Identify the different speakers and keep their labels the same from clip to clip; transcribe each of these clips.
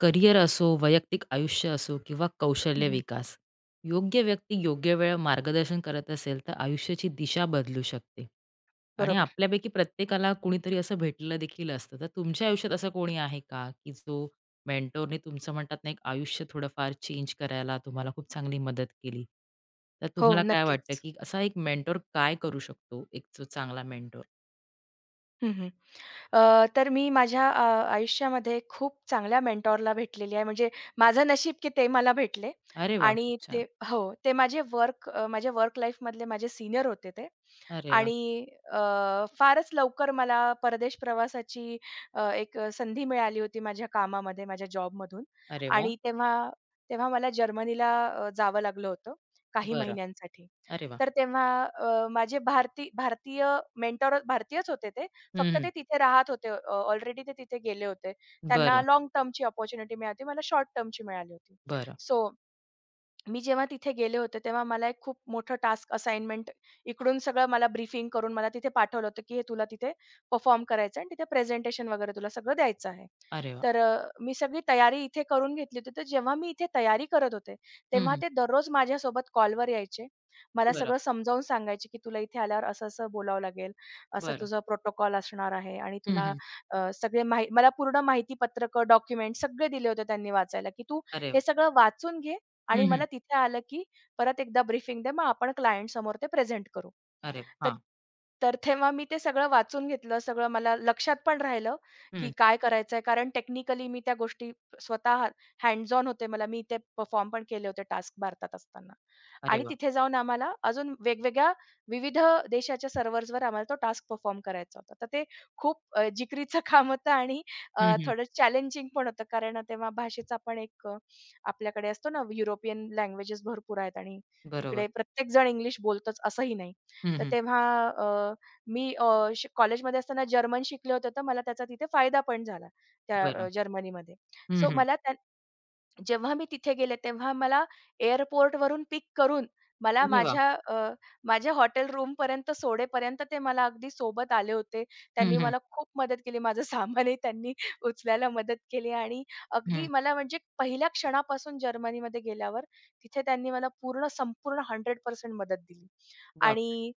Speaker 1: Career असो, वैयक्तिक आयुष्य असो किंवा कौशल्य
Speaker 2: हं,
Speaker 1: विकास. योग्य व्यक्ती योग्य वेळा मार्गदर्शन करत असेल, तर आयुष्याची दिशा बदलू शकते. आणि
Speaker 2: बरोबर.
Speaker 1: आपल्यापैकी प्रत्येकाला कुणीतरी असं भेटलेलं देखील असतं. तर तुमच्या आयुष्यात असं कोणी आहे का, की जो मेंटॉरने तुमचं म्हणतात ना, एक आयुष्य थोडंफार चेंज करायला तुम्हाला खूप चांगली मदत केली? तर
Speaker 2: हो,
Speaker 1: तुम्हाला काय वाटतं,
Speaker 2: नक्कीच.
Speaker 1: की असा एक मेंटॉर काय करू शकतो, एक जो चांगला मेंटॉर?
Speaker 2: हं, तर मी माझ्या आयुष्यामध्ये खूप चांगल्या मेंटॉरला भेटलेली आहे. म्हणजे माझं नशीब की ते मला भेटले
Speaker 1: अरे वाह! खूप
Speaker 2: आणि ते
Speaker 1: छान.
Speaker 2: हो, ते माझ्या वर्क लाईफमधले माझे सीनियर होते ते
Speaker 1: अरे वाह!
Speaker 2: आणि अ, फारच लवकर मला परदेश प्रवासाची एक संधी मिळाली होती माझ्या कामामध्ये, माझ्या जॉबमधून.
Speaker 1: अरे वाह!
Speaker 2: आणि तेव्हा तेव्हा मला जर्मनीला जावं लागलं होतं काही
Speaker 1: बरं.
Speaker 2: महिन्यांसाठी.
Speaker 1: अरे वाह!
Speaker 2: तर तेव्हा माझे भारतीय मेंटॉर भारतीयच होते ते.
Speaker 1: हं,
Speaker 2: फक्त
Speaker 1: हं.
Speaker 2: ते तिथे राहत होते, ऑलरेडी ते तिथे गेले होते. त्यांना
Speaker 1: बरं,
Speaker 2: लाँग टर्मची अपॉर्च्युनिटी मिळाली होती. मला शॉर्ट टर्मची मिळाली होती.
Speaker 1: बरं.
Speaker 2: सो मी जेव्हा तिथे गेले होते, तेव्हा मला एक खूप मोठं टास्क असाइनमेंट इकडून सगळं मला ब्रीफिंग करून मला तिथे पाठवलं होतं, की हे तुला तिथे परफॉर्म करायचं आहे आणि तिथे प्रेझेंटेशन वगैरे तुला सगळं द्यायचं आहे.
Speaker 1: अरे वाह!
Speaker 2: तर मी सगळी तयारी इथे करून घेतली होती. तर जेव्हा मी इथे तयारी करत होते,
Speaker 1: हं,
Speaker 2: तेव्हा
Speaker 1: हं.
Speaker 2: ते दररोज माझ्यासोबत कॉलवर यायचे. मला
Speaker 1: बरं,
Speaker 2: सगळं समजावून सांगायचे, की तुला इथे आल्यावर असं-असं बोलावं लागेल, असं
Speaker 1: बरं.
Speaker 2: तुझं प्रोटोकॉल असणार आहे आणि
Speaker 1: हं,
Speaker 2: तुला
Speaker 1: हं.
Speaker 2: अ, सगळे माहि मला पूर्ण माहिती पत्रकं, डॉक्युमेंट सगळे दिले होते त्यांनी वाचायला, की तू
Speaker 1: अरे
Speaker 2: हे
Speaker 1: वाह!
Speaker 2: सगळं वाचून घे
Speaker 1: हं,
Speaker 2: आणि
Speaker 1: हं.
Speaker 2: मला तिथे आलं, की परत एकदा ब्रीफिंग दे, मग आपण क्लायंट समोर ते प्रेझेंट करू.
Speaker 1: अरे वाह!
Speaker 2: तर
Speaker 1: हां.
Speaker 2: तर तेव्हा मी ते सगळं वाचून घेतलं, सगळं मला लक्षात पण राहिलं, की
Speaker 1: हं.
Speaker 2: काय करायचंय. कारण टेक्निकली मी त्या गोष्टी स्वतः हँड्स ऑन होते मला. मी ते परफॉर्म पण केले होते टास्क भारतात असताना.
Speaker 1: अरे
Speaker 2: आणि
Speaker 1: वाह!
Speaker 2: तिथे जाऊन आम्हाला अजून वेगवेगळ्या विविध देशाच्या सर्व्हर्सवर आम्हाला तो टास्क परफॉर्म करायचा होता. तर ते खूप जिकरीचं काम होतं आणि
Speaker 1: हं, हं.
Speaker 2: थोडं चॅलेंजिंग पण होतं. कारण तेव्हा भाषेचा पण एक आपल्याकडे असतो ना, युरोपियन लँग्वेजेस भरपूर आहेत आणि
Speaker 1: बरोबर.
Speaker 2: तिकडे प्रत्येक जण इंग्लिश बोलतोच असंही नाही.
Speaker 1: हं,
Speaker 2: तर
Speaker 1: हं.
Speaker 2: तेव्हा अ, मी कॉलेजमध्ये असताना जर्मन शिकले होते, तर मला त्याचा तिथे फायदा पण झाला त्या
Speaker 1: बरं.
Speaker 2: जर्मनीमध्ये.
Speaker 1: हं,
Speaker 2: सो
Speaker 1: हं.
Speaker 2: मला त्या जेव्हा मी तिथे गेले तेव्हा मला एअरपोर्टवरून पिक करून मला
Speaker 1: अरे वाह!
Speaker 2: अ, माझ्या हॉटेल रूमपर्यंत सोडेपर्यंत ते मला अगदी सोबत आले होते.
Speaker 1: हं,
Speaker 2: त्यांनी
Speaker 1: हं.
Speaker 2: मला खूप मदत केली. माझं सामानही त्यांनी उचलायला मदत केली आणि अगदी
Speaker 1: हं.
Speaker 2: मला म्हणजे पहिल्या क्षणापासून जर्मनीमध्ये गेल्यावर तिथे त्यांनी मला पूर्ण संपूर्ण 100% मदत दिली.
Speaker 1: बापरे!
Speaker 2: आणि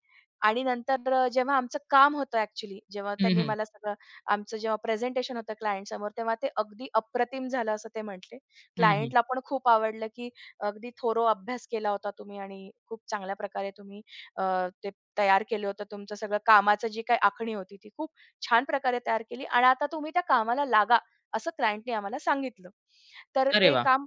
Speaker 2: आणि नंतर जेव्हा आमचं काम होतं ॲक्चुअली, जेव्हा
Speaker 1: हं,
Speaker 2: त्यांनी
Speaker 1: हं.
Speaker 2: मला सगळं आमचं जेव्हा प्रेझेंटेशन होतं क्लायंटसमोर, तेव्हा ते अगदी अप्रतिम झालं असं ते म्हटले.
Speaker 1: हं, हं.
Speaker 2: क्लायंटला पण खूप आवडलं, की अगदी थोरो अभ्यास केला होता तुम्ही आणि खूप चांगल्या प्रकारे तुम्ही अ, ते तयार केलं होतं. तुमचं सगळं कामाचं जी काही आखणी होती, ती खूप छान प्रकारे तयार केली आणि आता तुम्ही त्या कामाला लागा, असं क्लायंटने आम्हाला सांगितलं. तर
Speaker 1: अरे
Speaker 2: ते
Speaker 1: वाह!
Speaker 2: काम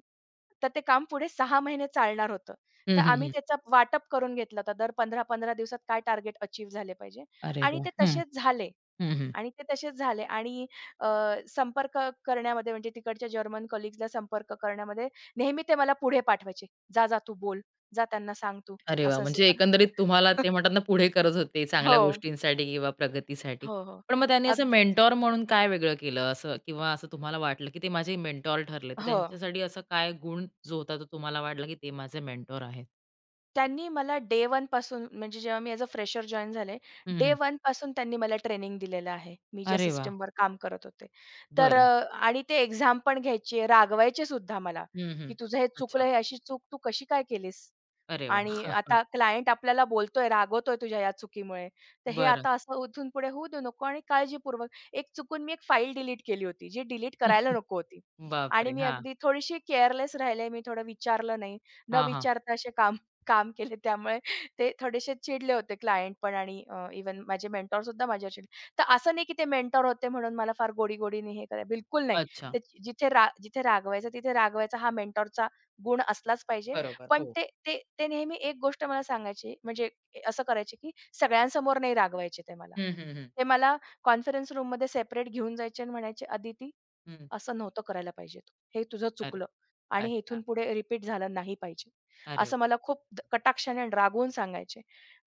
Speaker 2: तर ते काम पुढे 6 महिने चालणार होतं.
Speaker 1: हं,
Speaker 2: तर
Speaker 1: हं,
Speaker 2: आम्ही
Speaker 1: हं.
Speaker 2: त्याचा वाटप करून घेतलं होतं. दर 15-15 दिवसात काय टार्गेट अचीव्ह झाले पाहिजे
Speaker 1: अरे
Speaker 2: आणि
Speaker 1: वाह!
Speaker 2: ते
Speaker 1: हं.
Speaker 2: तसेच झाले
Speaker 1: हं, हं.
Speaker 2: आणि अ, संपर्क करण्यामध्ये म्हणजे तिकडच्या जर्मन कलीग्सला संपर्क करण्यामध्ये नेहमी ते मला पुढे पाठवायचे. "जा, जा तू बोल. जा त्यांना सांग तू,
Speaker 1: अरे वाह!
Speaker 2: असं-असं
Speaker 1: म्हणजे
Speaker 2: करा."
Speaker 1: एकंदरीत तुम्हाला ते म्हणतात ना, पुढे करत होते चांगल्या
Speaker 2: हो,
Speaker 1: गोष्टींसाठी किंवा प्रगतीसाठी.
Speaker 2: हो, हो.
Speaker 1: पण मग त्यांनी असं
Speaker 2: अगदीच.
Speaker 1: मेंटॉर म्हणून काय वेगळं केलं असं किंवा असं तुम्हाला वाटलं, की ते माझे मेंटॉर ठरले. तर
Speaker 2: हो.
Speaker 1: त्यांच्यासाठी असा काय गुण जो होता, तो तुम्हाला वाटला, की ते माझे मेंटॉर आहेत?
Speaker 2: त्यांनी मला डे 1 पासून, म्हणजे जेव्हा मी ॲज अ फ्रेशर जॉइन झाले, डे 1 पासून त्यांनी मला ट्रेनिंग दिलेलं आहे. मी ज्या
Speaker 1: अरे वा.
Speaker 2: सिस्टमवर काम करत होते. तर
Speaker 1: बर.
Speaker 2: आणि ते एक्झाम पण घ्यायचे, रागवायचे सुद्धा मला,
Speaker 1: हं,
Speaker 2: की
Speaker 1: हं.
Speaker 2: "तुझं हे चुकलं,
Speaker 1: अच्छा.
Speaker 2: हे अशी चूक तू कशी काय केलीस?
Speaker 1: अरे वा.
Speaker 2: आणि आता क्लायंट आपल्याला बोलतोय, रागवतोय तुझ्या या चुकीमुळे. तर हे
Speaker 1: बर.
Speaker 2: आता असं इथून पुढे होऊ देऊ नको आणि काळजीपूर्वक." एक चुकून मी एक फाईल डिलीट केली होती, जी डिलीट करायला
Speaker 1: बरं.
Speaker 2: नको होती. आणि
Speaker 1: बापरे!
Speaker 2: मी
Speaker 1: हां.
Speaker 2: अगदी थोडीशी केअरलेस राहिले, मी थोडं विचारलं नाही. न
Speaker 1: हां, हां.
Speaker 2: विचारता असे काम केले, त्यामुळे ते थोडेसे चिडले होते क्लायंट पण आणि माझे मेंटॉर सुद्धा माझ्यावर चिडले. तर असं नाही की ते मेंटॉर होते म्हणून मला फार गोडी-गोडीने हे करायला, बिलकुल नाही.
Speaker 1: अच्छा.
Speaker 2: ते जिथे रागवायचं तिथे रागवायचा, हा मेंटॉरचा गुण असलाच पाहिजे.
Speaker 1: बरोबर.
Speaker 2: पण
Speaker 1: हो.
Speaker 2: ते ते ते नेहमी एक गोष्ट मला सांगायची म्हणजे असं करायचे की सगळ्यांसमोर नाही रागवायचे ते मला.
Speaker 1: हं, हं, हं.
Speaker 2: ते मला कॉन्फरन्स रूममध्ये सेपरेट घेऊन जायचे आणि म्हणायचे, "अदिती,
Speaker 1: हं.
Speaker 2: असं नव्हतं करायला पाहिजे. तू. हे तुझं
Speaker 1: अरे.
Speaker 2: चुकलं आणि हे इथून
Speaker 1: अच्छा.
Speaker 2: पुढे रिपीट झालं नाही पाहिजे."
Speaker 1: अरे वाह!
Speaker 2: असं मला खूप कटाक्षाने आणि रागवून सांगायचे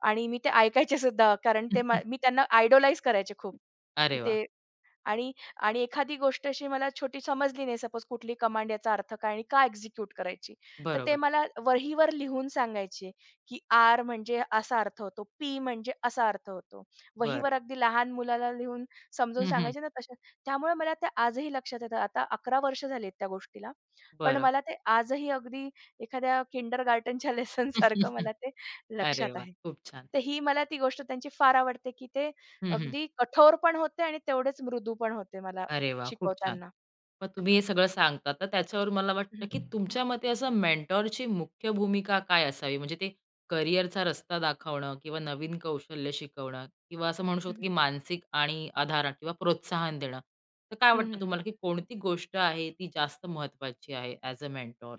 Speaker 2: आणि मी ते ऐकायचे सुद्धा, कारण ते म मी त्यांना आयडॉलाइज करायचे खूप, की
Speaker 1: अरे वाह!
Speaker 2: ते. आणि आणि एखादी गोष्ट अशी मला छोटी समजली नाही, सपोज कुठली कमांड, याचा अर्थ काय आणि का एक्झिक्यूट करायची. तर ते
Speaker 1: बरोबर.
Speaker 2: मला वहीवर लिहून सांगायचे, की "आर" म्हणजे असा अर्थ होतो, "पी" म्हणजे असा अर्थ होतो.
Speaker 1: बरं.
Speaker 2: वहीवर अगदी लहान मुलाला लिहून समजून
Speaker 1: हं, हं.
Speaker 2: सांगायचे ना तशा, त्यामुळे मला ते आजही लक्षात येतं. आता 11 वर्ष झालीत त्या गोष्टीला. पण
Speaker 1: बरं.
Speaker 2: मला ते आजही अगदी एखाद्या किंडरगार्टनच्या लेसनसारखं मला ते लक्षात
Speaker 1: अरे वाह!
Speaker 2: आहे.
Speaker 1: खूप छान.
Speaker 2: तर ही मला ती गोष्ट त्यांची फार आवडते, की ते
Speaker 1: हं, हं.
Speaker 2: अगदी कठोर पण होते आणि तेवढेच मृदू पण होते मला
Speaker 1: अरे वाह! खूप छान.
Speaker 2: शिकवताना.
Speaker 1: मग तुम्ही हे सगळं सांगता, तर त्याच्यावर मला वाटतं,
Speaker 2: हं,
Speaker 1: की तुमच्या मते असं मेंटॉरची मुख्य भूमिका काय असावी? म्हणजे ते करिअरचा रस्ता दाखवणं किंवा नवीन कौशल्य शिकवणं किंवा असं म्हणू
Speaker 2: हं,
Speaker 1: शकतो, की
Speaker 2: हं.
Speaker 1: मानसिक आणि आधार किंवा प्रोत्साहन देणं. तर काय
Speaker 2: हं,
Speaker 1: वाटतं
Speaker 2: हं, हं.
Speaker 1: तुम्हाला, की कोणती गोष्ट आहे ती जास्त महत्त्वाची आहे as a mentor?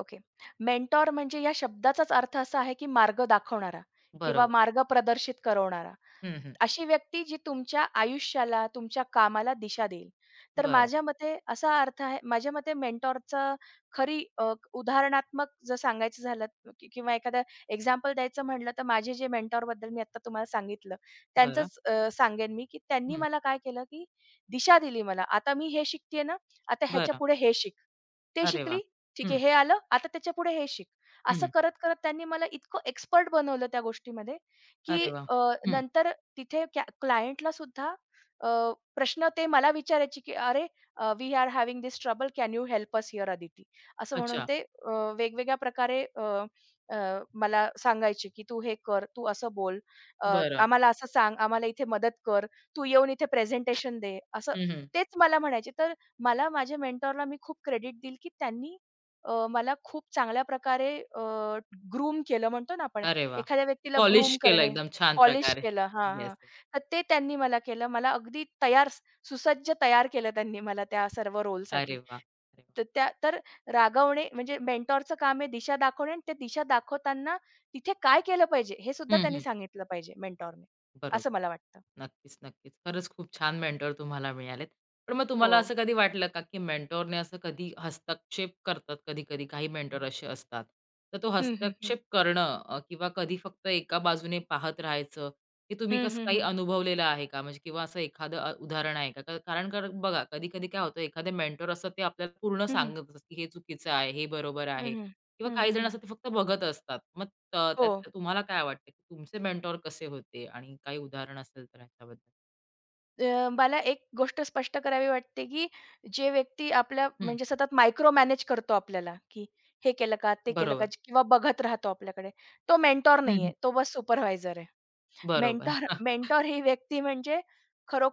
Speaker 2: Okay. Mentor म्हणजे या शब्दाचाच अर्थ असा आहे, की मार्ग दाखवणारा किंवा
Speaker 1: बरोबर.
Speaker 2: मार्ग प्रदर्शित करवणारा.
Speaker 1: हं, हं.
Speaker 2: अशी व्यक्ती जी तुमच्या आयुष्याला, तुमच्या कामाला दिशा देईल. तर
Speaker 1: बरं,
Speaker 2: माझ्या मते असा अर्थ आहे माझ्या मते मेंटॉरचं. खरी उदाहरणात्मक जर सांगायचं झालं किंवा एक्झाम्पल द्यायचं म्हटलं, तर माझे जे मेंटॉरबद्दल मी आत्ता तुम्हाला सांगितलं,
Speaker 1: बरं.
Speaker 2: त्यांचंच सांगेन मी, की त्यांनी
Speaker 1: हं,
Speaker 2: मला काय केलं, की दिशा दिली मला. आता मी हे शिकतेय ना, आता
Speaker 1: बरं.
Speaker 2: ह्याच्यापुढे हे शिक. ते
Speaker 1: अरे
Speaker 2: शिकली,
Speaker 1: वाह!
Speaker 2: ठीक
Speaker 1: हं,
Speaker 2: आहे, हे आलं, आता त्याच्यापुढे हे शिक. असं
Speaker 1: हं.
Speaker 2: करत-करत त्यांनी मला इतकं एक्सपर्ट बनवलं त्या गोष्टीमध्ये, की
Speaker 1: अरे वाह! हं.
Speaker 2: नंतर तिथे क्लायंटला सुद्धा अ, प्रश्न ते मला विचारायचे, की "अरे, we are having this trouble. Can you help us here Aditi?" असं म्हणून
Speaker 1: अच्छा.
Speaker 2: ते वेगवेगळ्या प्रकारे अ, अ, मला सांगायचे, की "तू हे कर, तू असं बोल,
Speaker 1: बरं.
Speaker 2: आम्हाला असं सांग, आम्हाला इथे मदत कर, तू येऊन इथे प्रेझेंटेशन दे." असं
Speaker 1: हं,
Speaker 2: तेच मला म्हणायचे. तर मला माझ्या मेंटॉरला मी खूप क्रेडिट देईल, की त्यांनी मला खूप चांगल्या प्रकारे ग्रूम केलं म्हणतो ना आपण,
Speaker 1: अरे वाह!
Speaker 2: एखाद्या व्यक्तीला
Speaker 1: पॉलिश
Speaker 2: ग्रूम
Speaker 1: केलं
Speaker 2: करणे.
Speaker 1: एकदम छान
Speaker 2: पॉलिश
Speaker 1: प्रकारे.
Speaker 2: केलं. हां,
Speaker 1: येस,
Speaker 2: हां. तर ते त्यांनी मला केलं. मला अगदी तयार, सुसज्ज तयार केलं त्यांनी मला त्या सर्व
Speaker 1: अरे
Speaker 2: रोलसाठी.
Speaker 1: वाह! अरे वाह!
Speaker 2: तर रागवणे म्हणजे, मेंटॉरचं काम आहे दिशा दाखवणे आणि ते दिशा दाखवताना तिथे काय केलं पाहिजे हे सुद्धा
Speaker 1: हं,
Speaker 2: त्यांनी
Speaker 1: हं.
Speaker 2: सांगितलं पाहिजे मेंटॉरने. असं
Speaker 1: बरोबर.
Speaker 2: मला वाटतं.
Speaker 1: नक्कीच, नक्कीच. खरंच खूप छान मेंटर तुम्हाला मिळालेत. पण मग
Speaker 2: हो.
Speaker 1: तुम्हाला असं कधी वाटलं का, की मेंटॉरने असं कधी हस्तक्षेप करतात कधी-कधी काही मेंटर असे असतात. तर तो
Speaker 2: हं, हं, हं.
Speaker 1: हस्तक्षेप करणं किंवा कधी फक्त एका बाजूने पाहत राहायचं, हे तुम्ही
Speaker 2: हं,
Speaker 1: कसं
Speaker 2: हं,
Speaker 1: काही
Speaker 2: हं.
Speaker 1: अनुभवलेलं आहे का? म्हणजे किंवा असं एखादं उदाहरण आहे का? कारण का बघा कधी-कधी काय होतं एखादे मेंटर असतात ते आपल्याला पूर्ण
Speaker 2: हं, हं.
Speaker 1: सांगत असतात, की हे चुकीचं आहे, हे बरोबर
Speaker 2: हं,
Speaker 1: आहे किंवा
Speaker 2: हं.
Speaker 1: काही जण
Speaker 2: हं,
Speaker 1: असतात ते फक्त बघत असतात. मग तर
Speaker 2: हो.
Speaker 1: त्यात तुम्हाला काय वाटतं, की तुमचे मेंटॉर कसे होते आणि काही उदाहरण असेल तर ह्याच्याबद्दल?
Speaker 2: मला एक गोष्ट स्पष्ट करावी वाटते, की जे व्यक्ती आपल्या
Speaker 1: हं,
Speaker 2: म्हणजे सतत मायक्रो मॅनेज करतो आपल्याला, की हे केलं का? ते केलं का?
Speaker 1: बरोबर.
Speaker 2: किंवा बघत राहतो आपल्याकडे, तो मेंटॉर
Speaker 1: हं, हं.
Speaker 2: नाहीये, तो बस सुपरवायझर आहे.
Speaker 1: बरोबर.
Speaker 2: मेंटॉर मेंटॉर ही व्यक्ती म्हणजे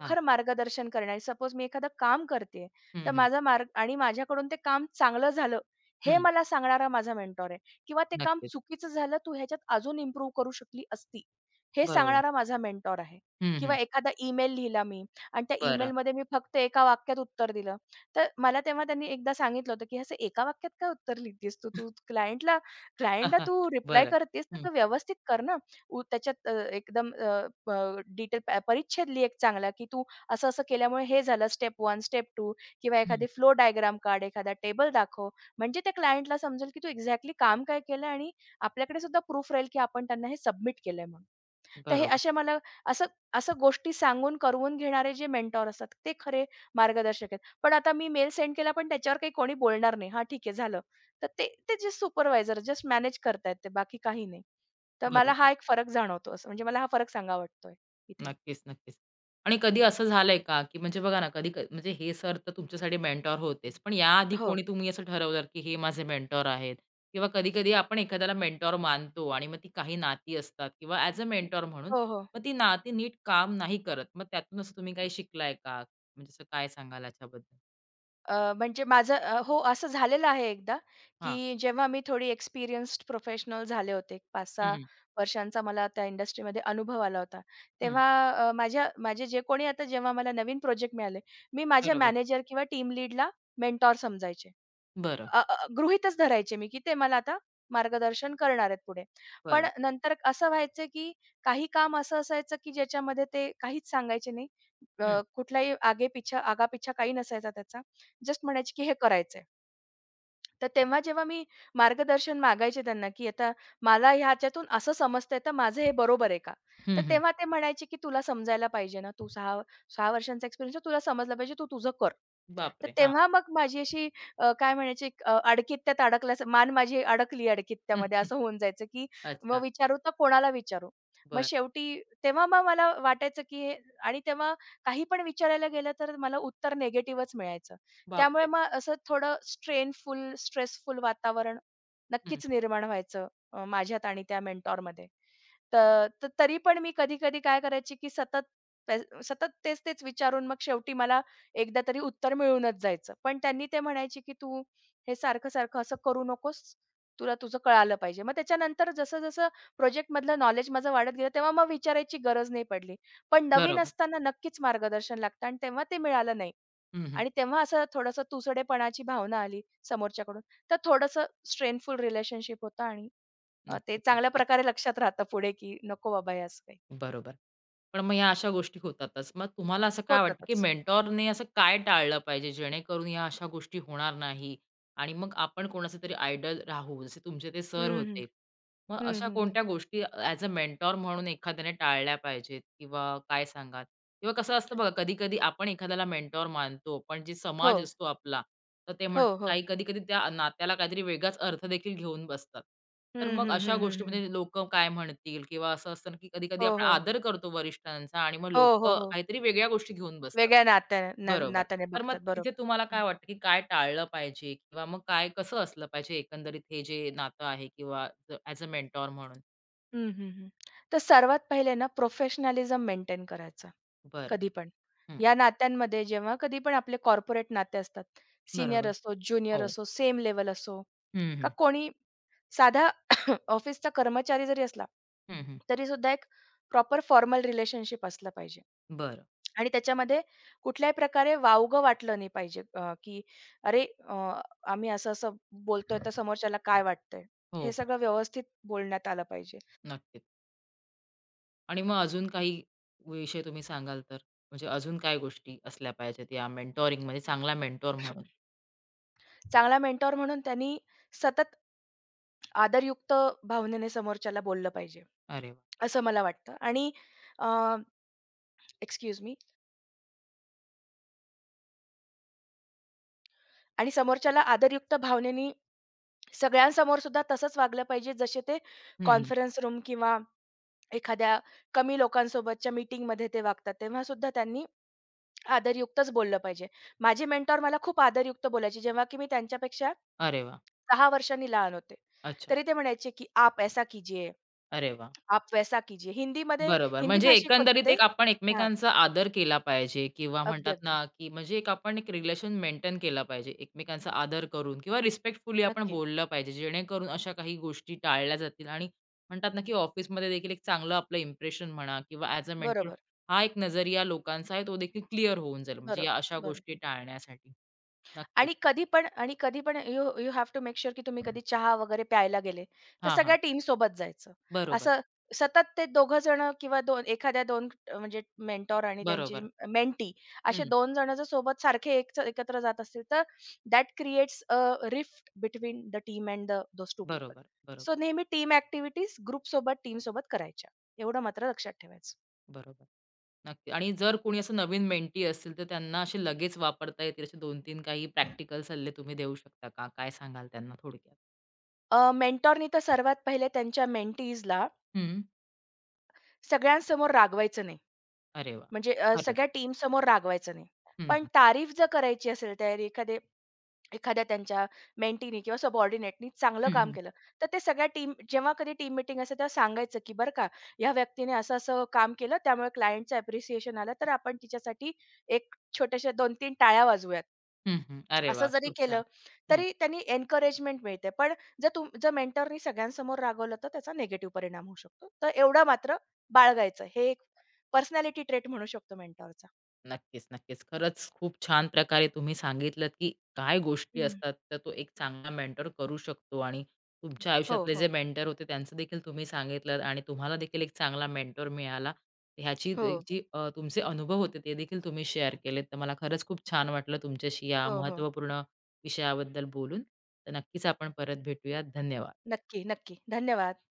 Speaker 1: हां.
Speaker 2: मार्गदर्शन करणारी. सपोज मी एखादं काम करतेय, तर
Speaker 1: हं, हं.
Speaker 2: माझा मार्ग आणि माझ्याकडून ते काम चांगलं झालं, हे
Speaker 1: हं.
Speaker 2: मला सांगणारा माझा मेंटॉर आहे किंवा ते काम
Speaker 1: नक्कीच.
Speaker 2: चुकीचं झालं, तू ह्याच्यात अजून इम्प्रूव्ह करू शकली असती, हे
Speaker 1: बरोबर.
Speaker 2: सांगणारा माझा मेंटॉर आहे.
Speaker 1: हं, हं.
Speaker 2: किंवा एखादा ईमेल लिहिला मी आणि त्या
Speaker 1: बरं.
Speaker 2: ईमेलमध्ये मी फक्त एका वाक्यात उत्तर दिलं, तर मला तेव्हा त्यांनी एकदा सांगितलं होतं, की "असं एका वाक्यात काय उत्तर लिहितेस तू? तू क्लायंटला क्लायंटला तू रिप्लाय
Speaker 1: बरं.
Speaker 2: करतेस, तर
Speaker 1: हं,
Speaker 2: तू व्यवस्थित कर ना." त्याच्यात एकदम प डिटेल परिच्छेद लिह, एक चांगला, की तू असं-असं केल्यामुळे हे झालं स्टेप 1, स्टेप 2, किंवा
Speaker 1: हं.
Speaker 2: एखादी फ्लो डायग्राम काढ, एखादा टेबल दाखव. म्हणजे त्या क्लायंटला समजेल, की तू एक्झॅक्टली काम काय केलं आणि आपल्याकडे सुद्धा प्रूफ राहील, की आपण त्यांना हे सबमिट केलंय म्हणून. तर हे
Speaker 1: बरोबर,
Speaker 2: अशा मला असं असं गोष्टी सांगून करवून घेणारे जे मेंटॉर असतात ते खरे मार्गदर्शक आहेत. पण आता मी मेल सेंड केला पण त्याच्यावर काही कोणी बोलणार नाही. हां, ठीक आहे, झालं. तर ते ते जे सुपरवायझर जस्ट मॅनेज करतायत ते बाकी काही नाही. तर मला
Speaker 1: बरोबर.
Speaker 2: हा एक फरक जाणवतो, असं म्हणजे मला हा फरक सांगावा वाटतोय इथे.
Speaker 1: नक्कीच, नक्कीच. आणि कधी असं झालंय का, की म्हणजे बघा ना, कधी म्हणजे हे सर तर तुमच्यासाठी मेंटॉर होतेच. पण याआधी
Speaker 2: हो.
Speaker 1: कोणी तुम्ही असं ठरवलं, की हे माझे मेंटॉर आहेत किंवा कधी-कधी आपण एखाद्याला मेंटॉर मानतो आणि मग ती काही नाती असतात किंवा ॲज अ मेंटॉर म्हणून,
Speaker 2: हो, हो.
Speaker 1: मग ती नाती नीट काम नाही करत. मग त्यातून असं तुम्ही काही शिकलाय का? म्हणजे असं काय सांगाल याच्याबद्दल?
Speaker 2: म्हणजे माझं हो, असं झालेलं आहे एकदा,
Speaker 1: हां.
Speaker 2: की जेव्हा मी थोडी एक्सपिरियन्स्ड प्रोफेशनल झाले होते.
Speaker 1: हं,
Speaker 2: 5-6
Speaker 1: हं.
Speaker 2: वर्षांचा मला त्या इंडस्ट्रीमध्ये अनुभव आला होता.
Speaker 1: हं.
Speaker 2: तेव्हा माझे जे कोणी आता जेव्हा मला नवीन प्रोजेक्ट मिळाले, मी माझ्या
Speaker 1: बरोबर.
Speaker 2: मॅनेजर किंवा टीम लीडला मेंटॉर समजायचे.
Speaker 1: बरं,
Speaker 2: अ, अ, गृहीतच धरायचे मी, की ते मला आता मार्गदर्शन करणार आहेत पुढे. पण
Speaker 1: बरं.
Speaker 2: नंतर असं व्हायचं, की काही काम असं असायचं, की ज्याच्यामध्ये ते काहीच सांगायचे नाही.
Speaker 1: हं.
Speaker 2: कुठलाही आगापिछा काही नसायचा त्याचा. जस्ट म्हणायचे, की हे करायचंय. तर
Speaker 1: अच्छा.
Speaker 2: तेव्हा जेव्हा मी मार्गदर्शन मागायचे त्यांना, की आता मला ह्याच्यातून असं समजतंय, तर माझं हे बरोबर आहे का? तर
Speaker 1: हं, हं.
Speaker 2: तेव्हा ते म्हणायचे, की "तुला समजायला पाहिजे ना, तू 6 वर्षांचा एक्सपिरियन्स आहे, तुला समजलं पाहिजे, तू तुझं कर." तर
Speaker 1: बापरे! हां.
Speaker 2: तेव्हा मग माझी अशी काय म्हणायची एक, अडकीत त्यात अडकल्यास मान माझी अडकली अडकीत त्यामध्ये असं होऊन जायचं, की मग
Speaker 1: अच्छा.
Speaker 2: विचारू तर कोणाला विचारू? मग
Speaker 1: बरं.
Speaker 2: शेवटी तेव्हा मग मला वाटायचं, की हे. आणि तेव्हा काही पण विचारायला गेलं तर मला उत्तर निगेटिव्हच मिळायचं. त्यामुळे
Speaker 1: बापरे!
Speaker 2: मग असं थोडं स्ट्रेनफुल, स्ट्रेसफुल वातावरण
Speaker 1: हं.
Speaker 2: नक्कीच निर्माण व्हायचं माझ्यात आणि त्या मेंटॉरमध्ये. तर तर तरी पण मी कधी-कधी काय करायची, की ते सतत तेच-तेच विचारून मग शेवटी मला एकदा तरी उत्तर मिळूनच जायचं. पण त्यांनी ते म्हणायचे, की "तू हे सारखं-सारखं असं करू नकोस. तुला तुझं कळालं पाहिजे." मग त्याच्यानंतर जसं-जसं प्रोजेक्टमधलं नॉलेज माझं वाढत गेलं, तेव्हा मग विचारायची गरज नाही पडली. पण नवीन
Speaker 1: बरोबर.
Speaker 2: असताना नक्कीच मार्गदर्शन लागतं आणि तेव्हा ते मिळालं नाही.
Speaker 1: हं, हं.
Speaker 2: आणि तेव्हा असं थोडंसं तुसडेपणाची भावना आली समोरच्याकडून. तर थोडंसं स्ट्रेनफुल रिलेशनशिप होतं आणि ते
Speaker 1: नक्कीच,
Speaker 2: चांगल्या
Speaker 1: नक्कीच.
Speaker 2: प्रकारे लक्षात राहतं पुढे, की नको बाबा हे असं काही.
Speaker 1: बरोबर. पण मग ह्या अशा गोष्टी होतातच. मग तुम्हाला असं काय वाटतं, की
Speaker 2: होतातच.
Speaker 1: मेंटॉरने असं काय टाळलं पाहिजे, जेणेकरून ह्या अशा गोष्टी होणार नाही आणि मग आपण कोणाचे तरी आयडल राहू, जसे तुमचे ते सर
Speaker 2: हं, हं.
Speaker 1: होते. मग
Speaker 2: हं,
Speaker 1: अशा
Speaker 2: हं, हं.
Speaker 1: कोणत्या गोष्टी ॲज अ मेंटॉर म्हणून एखाद्याने टाळल्या पाहिजेत किंवा काय सांगाल? किंवा कसं असतं बघा कधी-कधी आपण एखाद्याला मेंटॉर मानतो, पण जे
Speaker 2: हो.
Speaker 1: समाज असतो आपला, तर ते म्हण
Speaker 2: हो, हो.
Speaker 1: काही कधी-कधी त्या नात्याला काहीतरी वेगळाच अर्थ देखील घेऊन बसतात. तर
Speaker 2: हं,
Speaker 1: मग
Speaker 2: हं,
Speaker 1: अशा
Speaker 2: हं, हं,
Speaker 1: गोष्टीमध्ये
Speaker 2: हं.
Speaker 1: लोकं काय म्हणतील? किंवा असं असतं ना, की कधी-कधी
Speaker 2: हो,
Speaker 1: आपण
Speaker 2: हो.
Speaker 1: आदर करतो वरिष्ठांचा आणि मग
Speaker 2: हो, हो,
Speaker 1: लोकं
Speaker 2: हो.
Speaker 1: काहीतरी वेगळ्या गोष्टी घेऊन बसतात.
Speaker 2: वेगळ्या
Speaker 1: बरोबर.
Speaker 2: नात्याने
Speaker 1: तर मग
Speaker 2: बघतात.
Speaker 1: तिथे
Speaker 2: बरोबर.
Speaker 1: तुम्हाला काय वाटतं, की काय टाळलं पाहिजे किंवा मग काय कसं असलं पाहिजे एकंदरीत हे जे नातं आहे किंवा ॲज अ मेंटॉर म्हणून?
Speaker 2: हं, हं, हं. तर सर्वात पहिले ना प्रोफेशनॅलिझम मेंटेन करायचा,
Speaker 1: बरं.
Speaker 2: कधी पण.
Speaker 1: हं.
Speaker 2: या नात्यांमध्ये जेव्हा कधी पण आपले कॉर्पोरेट नाते असतात, सीनियर
Speaker 1: बरोबर.
Speaker 2: असो, ज्युनियर
Speaker 1: हो.
Speaker 2: असो, सेम लेवल असो,
Speaker 1: हं,
Speaker 2: का
Speaker 1: हं.
Speaker 2: कोणी साधा ऑफिसचा कर्मचारी जरी असला,
Speaker 1: हं, हं.
Speaker 2: तरी सुद्धा एक प्रॉपर फॉर्मल रिलेशनशिप असलं पाहिजे.
Speaker 1: बरं.
Speaker 2: आणि त्याच्यामध्ये कुठल्याही प्रकारे वावगं वाटलं नाही पाहिजे, की "अरे, आम्ही असं-असं बोलतोय, तर समोरच्याला काय वाटतंय?"
Speaker 1: हो,
Speaker 2: हे
Speaker 1: हो.
Speaker 2: सगळं व्यवस्थित बोलण्यात आलं पाहिजे.
Speaker 1: नक्कीच. आणि मग अजून काही विषय तुम्ही सांगाल तर? म्हणजे अजून काय गोष्टी असल्या पाहिजेत या मेंटॉरिंगमध्ये चांगला मेंटॉर म्हणून?
Speaker 2: चांगला मेंटॉर म्हणून त्यांनी सतत आदरयुक्त भावनेने समोरच्याला बोललं पाहिजे,
Speaker 1: अरे वाह!
Speaker 2: असं मला वाटतं आणि अ, एक्सक्यूज मी, आणि समोरच्याला आदरयुक्त भावनेनी सगळ्यांसमोर सुद्धा तसंच वागलं पाहिजे, जसे ते
Speaker 1: हं, हं.
Speaker 2: कॉन्फरन्स रूम किंवा एखाद्या कमी लोकांसोबतच्या मीटिंगमध्ये ते वागतात, तेव्हा सुद्धा त्यांनी आदरयुक्तच बोललं पाहिजे. माझे मेंटॉर मला खूप आदरयुक्त बोलायचे, जेव्हा की मी त्यांच्यापेक्षा
Speaker 1: अरे वाह!
Speaker 2: 6 वर्षांनी लहान होते.
Speaker 1: अच्छा.
Speaker 2: तरी ते म्हणायचे, की "आप ऐसा कीजिए,
Speaker 1: अरे वाह!
Speaker 2: आप वैसा कीजिए." हिंदीमध्ये,
Speaker 1: बरोबर.
Speaker 2: हिंदी
Speaker 1: म्हणजे
Speaker 2: भाषिक होते
Speaker 1: एकंदरीत
Speaker 2: ते.
Speaker 1: एक आपण
Speaker 2: हां.
Speaker 1: एकमेकांचा आदर केला पाहिजे किंवा
Speaker 2: अगदी,
Speaker 1: म्हणतात
Speaker 2: अगदी.
Speaker 1: ना, की म्हणजे एक आपण एक रिलेशन मेंटेन केला पाहिजे. एकमेकांचा आदर करून किंवा रिस्पेक्टफुली आपण
Speaker 2: नक्की.
Speaker 1: बोललं पाहिजे. जेणेकरून अशा काही गोष्टी टाळल्या जातील आणि म्हणतात ना, की ऑफिसमध्ये देखील एक चांगलं आपलं इम्प्रेशन म्हणा किंवा ॲज अ मेंटर
Speaker 2: बरोबर.
Speaker 1: हा एक नजरिया लोकांचा आहे, तो देखील क्लिअर होऊन जाईल. म्हणजे
Speaker 2: बरो
Speaker 1: या अशा
Speaker 2: बरो
Speaker 1: गोष्टी टाळण्यासाठी. नक्कीच.
Speaker 2: आणि कधी पण, you you have to make sure की तुम्ही कधी चहा वगैरे प्यायला गेले, तर
Speaker 1: हां, हां.
Speaker 2: सगळ्या टीमसोबत जायचं.
Speaker 1: बरोबर,
Speaker 2: असं सतत ते दोघं जण किंवा दोन एखाद्या 2, म्हणजे मेंटॉर आणि त्यांची
Speaker 1: बरोबर.
Speaker 2: मेंटी, असे
Speaker 1: हं.
Speaker 2: दोन जण जर सोबत सारखे एकत्र जात असतील, तर that creates a rift between the team and the those 2 people.
Speaker 1: बरोबर,
Speaker 2: सो
Speaker 1: बरोबर,
Speaker 2: नेहमी टीम ॲक्टिव्हिटीज ग्रुपसोबत, टीमसोबत करायच्या. एवढं मात्र लक्षात ठेवायचं.
Speaker 1: बरोबर. नक्की. आणि जर कोणी असं नवीन मेंटी असतील, तर त्यांना असे लगेच वापरता येतील असे दोन तीन काही प्रॅक्टिकल सल्ले तुम्ही देऊ शकता का? काय सांगाल त्यांना थोडक्यात?
Speaker 2: मेंटॉरनी तर सर्वात पहिले त्यांच्या मेंटीजला
Speaker 1: हं.
Speaker 2: सगळ्यांसमोर रागवायचं नाही.
Speaker 1: अरे वा.
Speaker 2: म्हणजे
Speaker 1: खरंच.
Speaker 2: सगळ्या टीम समोर रागवायचं नाही.
Speaker 1: हं,
Speaker 2: पण
Speaker 1: हं.
Speaker 2: तारीफ जर करायची असेल तर एखाद्या त्यांच्या मेंटीनी किंवा सबऑर्डिनेटनी चांगलं
Speaker 1: हं,
Speaker 2: काम
Speaker 1: हं.
Speaker 2: केलं, तर ते सगळ्या टीम जेव्हा कधी टीम मीटिंग असेल तेव्हा सांगायचं, की "बरं का, ह्या व्यक्तीने असं-असं काम केलं त्यामुळे क्लायंटचं अप्रिसिएशन आलं, तर आपण तिच्यासाठी एक छोट्याशा 2-3 टाळ्या वाजवूयात."
Speaker 1: हं, अरे
Speaker 2: असं
Speaker 1: वा,
Speaker 2: जरी
Speaker 1: खूप छान.
Speaker 2: केलं, तरी त्यांनी एन्करेजमेंट मिळते. पण जर मेंटरनी सगळ्यांसमोर रागवलं, तर त्याचा निगेटिव्ह परिणाम होऊ शकतो. तर एवढं मात्र बाळगायचं. हे एक पर्सनॅलिटी ट्रेट म्हणू शकतो मेंटॉरचा.
Speaker 1: नक्कीच, नक्कीच. खरंच खूप छान प्रकारे तुम्ही सांगितलंत, की काय गोष्टी
Speaker 2: हं.
Speaker 1: असतात, तर तो एक चांगला मेंटर करू शकतो आणि तुमच्या
Speaker 2: हो,
Speaker 1: आयुष्यातले जे
Speaker 2: हो.
Speaker 1: मेंटर होते त्यांचं देखील तुम्ही सांगितलंत आणि तुम्हाला देखील एक चांगला मेंटर मिळाला.
Speaker 2: हो,
Speaker 1: जी तुमचे अनुभव होते ते देखील तुम्ही शेअर केलेत. तर मला खरंच खूप छान वाटलं तुमच्याशी या
Speaker 2: हो, हो.
Speaker 1: महत्त्वपूर्ण विषयाबद्दल बोलून. तर नक्कीच आपण परत भेटूयात. धन्यवाद.
Speaker 2: नक्की, नक्की. धन्यवाद.